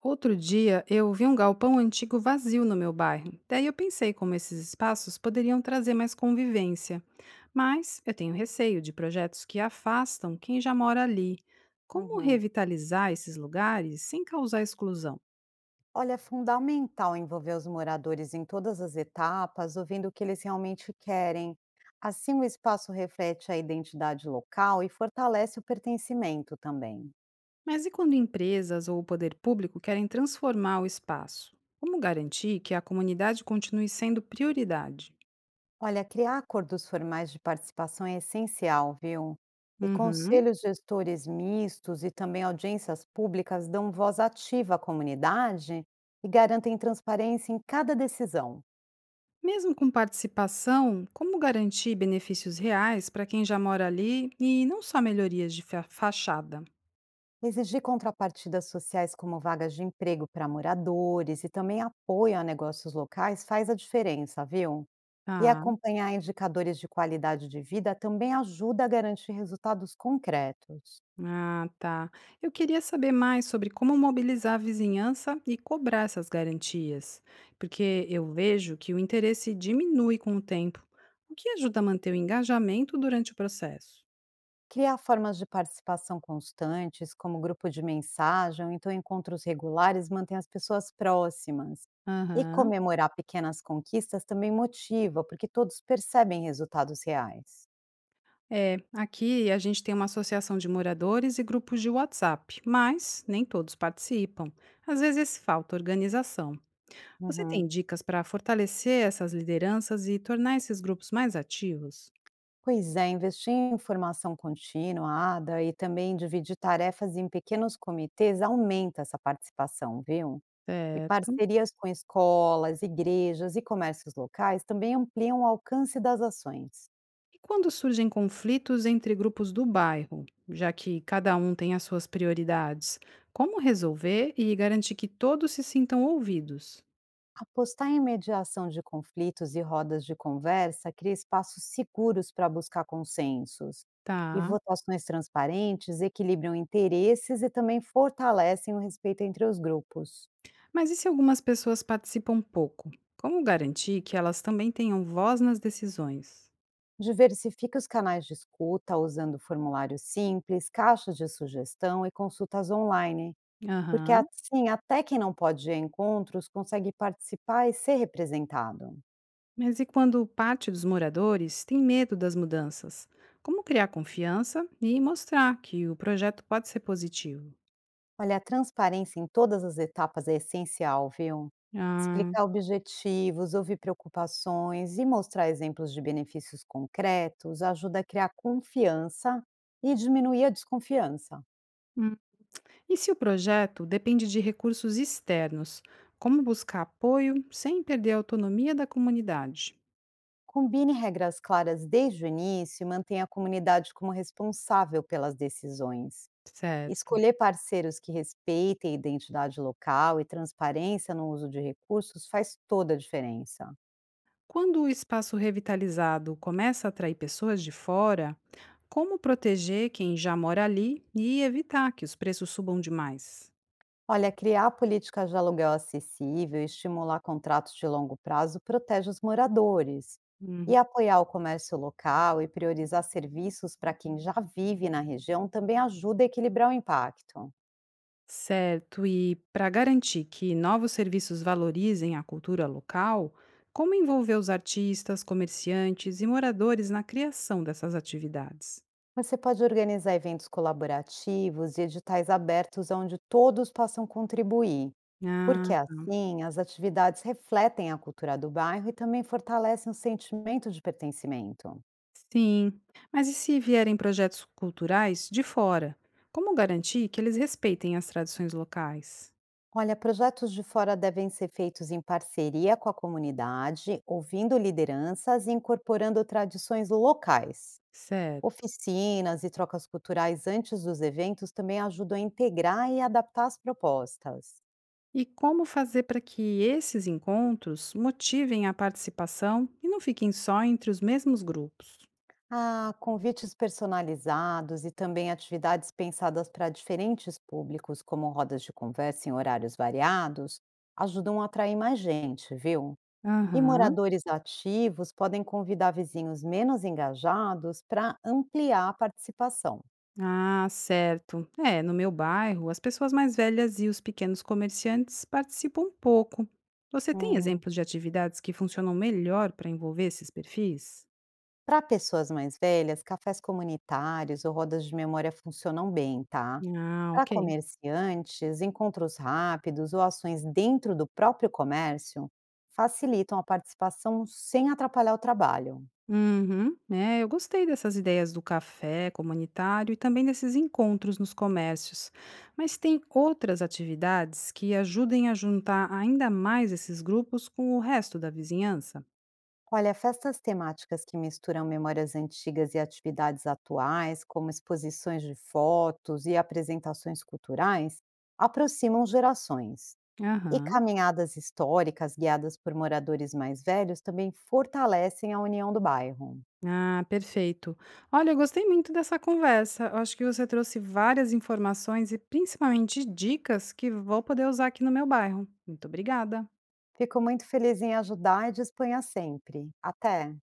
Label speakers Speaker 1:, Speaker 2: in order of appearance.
Speaker 1: Outro dia eu vi um galpão antigo vazio no meu bairro. Daí eu pensei como esses espaços poderiam trazer mais convivência. Mas eu tenho receio de projetos que afastam quem já mora ali. Como
Speaker 2: Uhum.
Speaker 1: revitalizar esses lugares sem causar exclusão?
Speaker 2: Olha, é fundamental envolver os moradores em todas as etapas, ouvindo o que eles realmente querem. Assim, o espaço reflete a identidade local e fortalece o pertencimento também.
Speaker 1: Mas e quando empresas ou o poder público querem transformar o espaço? Como garantir que a comunidade continue sendo prioridade?
Speaker 2: Olha, criar acordos formais de participação é essencial, viu? E
Speaker 1: Uhum.
Speaker 2: conselhos gestores mistos e também audiências públicas dão voz ativa à comunidade e garantem transparência em cada decisão.
Speaker 1: Mesmo com participação, como garantir benefícios reais para quem já mora ali e não só melhorias de fachada?
Speaker 2: Exigir contrapartidas sociais como vagas de emprego para moradores e também apoio a negócios locais faz a diferença, viu? E
Speaker 1: Ah,
Speaker 2: acompanhar indicadores de qualidade de vida também ajuda a garantir resultados concretos.
Speaker 1: ah, tá. Eu queria saber mais sobre como mobilizar a vizinhança e cobrar essas garantias, porque eu vejo que o interesse diminui com o tempo, o que ajuda a manter o engajamento durante o processo.
Speaker 2: Criar formas de participação constantes, como grupo de mensagem, ou então encontros regulares, mantém as pessoas próximas. E
Speaker 1: Aham.
Speaker 2: comemorar pequenas conquistas também motiva, porque todos percebem resultados reais.
Speaker 1: É, aqui a gente tem uma associação de moradores e grupos de WhatsApp, mas nem todos participam. Às vezes falta organização. Você tem
Speaker 2: Uhum.
Speaker 1: dicas para fortalecer essas lideranças e tornar esses grupos mais ativos?
Speaker 2: Pois é, investir em formação continuada e também dividir tarefas em pequenos comitês aumenta essa participação, viu? E
Speaker 1: Certo.
Speaker 2: parcerias com escolas, igrejas e comércios locais também ampliam o alcance das ações.
Speaker 1: E quando surgem conflitos entre grupos do bairro, já que cada um tem as suas prioridades, como resolver e garantir que todos se sintam ouvidos?
Speaker 2: Apostar em mediação de conflitos e rodas de conversa cria espaços seguros para buscar consensos. E
Speaker 1: Tá.
Speaker 2: votações transparentes equilibram interesses e também fortalecem o respeito entre os grupos.
Speaker 1: Mas e se algumas pessoas participam pouco? Como garantir que elas também tenham voz nas decisões?
Speaker 2: Diversifique os canais de escuta usando formulários simples, caixas de sugestão e consultas online, porque
Speaker 1: Aham.
Speaker 2: assim até quem não pode ir a encontros consegue participar e ser representado.
Speaker 1: Mas e quando parte dos moradores tem medo das mudanças? Como criar confiança e mostrar que o projeto pode ser positivo?
Speaker 2: Olha, a transparência em todas as etapas é essencial, viu?
Speaker 1: Ah,
Speaker 2: Explicar objetivos, ouvir preocupações e mostrar exemplos de benefícios concretos ajuda a criar confiança e diminuir a desconfiança.
Speaker 1: hum. E se o projeto depende de recursos externos? Como buscar apoio sem perder a autonomia da comunidade?
Speaker 2: Combine regras claras desde o início e mantenha a comunidade como responsável pelas decisões.
Speaker 1: Certo.
Speaker 2: Escolher parceiros que respeitem a identidade local e transparência no uso de recursos faz toda a diferença.
Speaker 1: Quando o espaço revitalizado começa a atrair pessoas de fora, como proteger quem já mora ali e evitar que os preços subam demais?
Speaker 2: Olha, criar políticas de aluguel acessível e estimular contratos de longo prazo protege os moradores. E
Speaker 1: Uhum.
Speaker 2: apoiar o comércio local e priorizar serviços para quem já vive na região também ajuda a equilibrar o impacto.
Speaker 1: Certo, e para garantir que novos serviços valorizem a cultura local, como envolver os artistas, comerciantes e moradores na criação dessas atividades?
Speaker 2: Você pode organizar eventos colaborativos e editais abertos onde todos possam contribuir,
Speaker 1: Ah,
Speaker 2: porque assim as atividades refletem a cultura do bairro e também fortalecem o sentimento de pertencimento.
Speaker 1: sim. Mas e se vierem projetos culturais de fora? Como garantir que eles respeitem as tradições locais?
Speaker 2: Olha, projetos de fora devem ser feitos em parceria com a comunidade, ouvindo lideranças e incorporando tradições locais.
Speaker 1: Certo.
Speaker 2: Oficinas e trocas culturais antes dos eventos também ajudam a integrar e adaptar as propostas.
Speaker 1: E como fazer para que esses encontros motivem a participação e não fiquem só entre os mesmos grupos?
Speaker 2: Ah, convites personalizados e também atividades pensadas para diferentes públicos, como rodas de conversa em horários variados, ajudam a atrair mais gente, viu? E
Speaker 1: Aham.
Speaker 2: moradores ativos podem convidar vizinhos menos engajados para ampliar a participação.
Speaker 1: Ah, certo. É, no meu bairro, as pessoas mais velhas e os pequenos comerciantes participam pouco. Você tem
Speaker 2: Hum.
Speaker 1: exemplos de atividades que funcionam melhor para envolver esses perfis?
Speaker 2: Para pessoas mais velhas, cafés comunitários ou rodas de memória funcionam bem, tá?
Speaker 1: Ah,
Speaker 2: Para
Speaker 1: ok.
Speaker 2: comerciantes, encontros rápidos ou ações dentro do próprio comércio facilitam a participação sem atrapalhar o trabalho.
Speaker 1: Uhum, é, eu gostei dessas ideias do café comunitário e também desses encontros nos comércios. Mas tem outras atividades que ajudem a juntar ainda mais esses grupos com o resto da vizinhança?
Speaker 2: Olha, festas temáticas que misturam memórias antigas e atividades atuais, como exposições de fotos e apresentações culturais, aproximam gerações. E
Speaker 1: Aham.
Speaker 2: caminhadas históricas guiadas por moradores mais velhos também fortalecem a união do bairro.
Speaker 1: Ah, perfeito. Olha, eu gostei muito dessa conversa. Eu acho que você trouxe várias informações e principalmente dicas que vou poder usar aqui no meu bairro. Muito obrigada.
Speaker 2: Fico muito feliz em ajudar e disponha sempre. Até!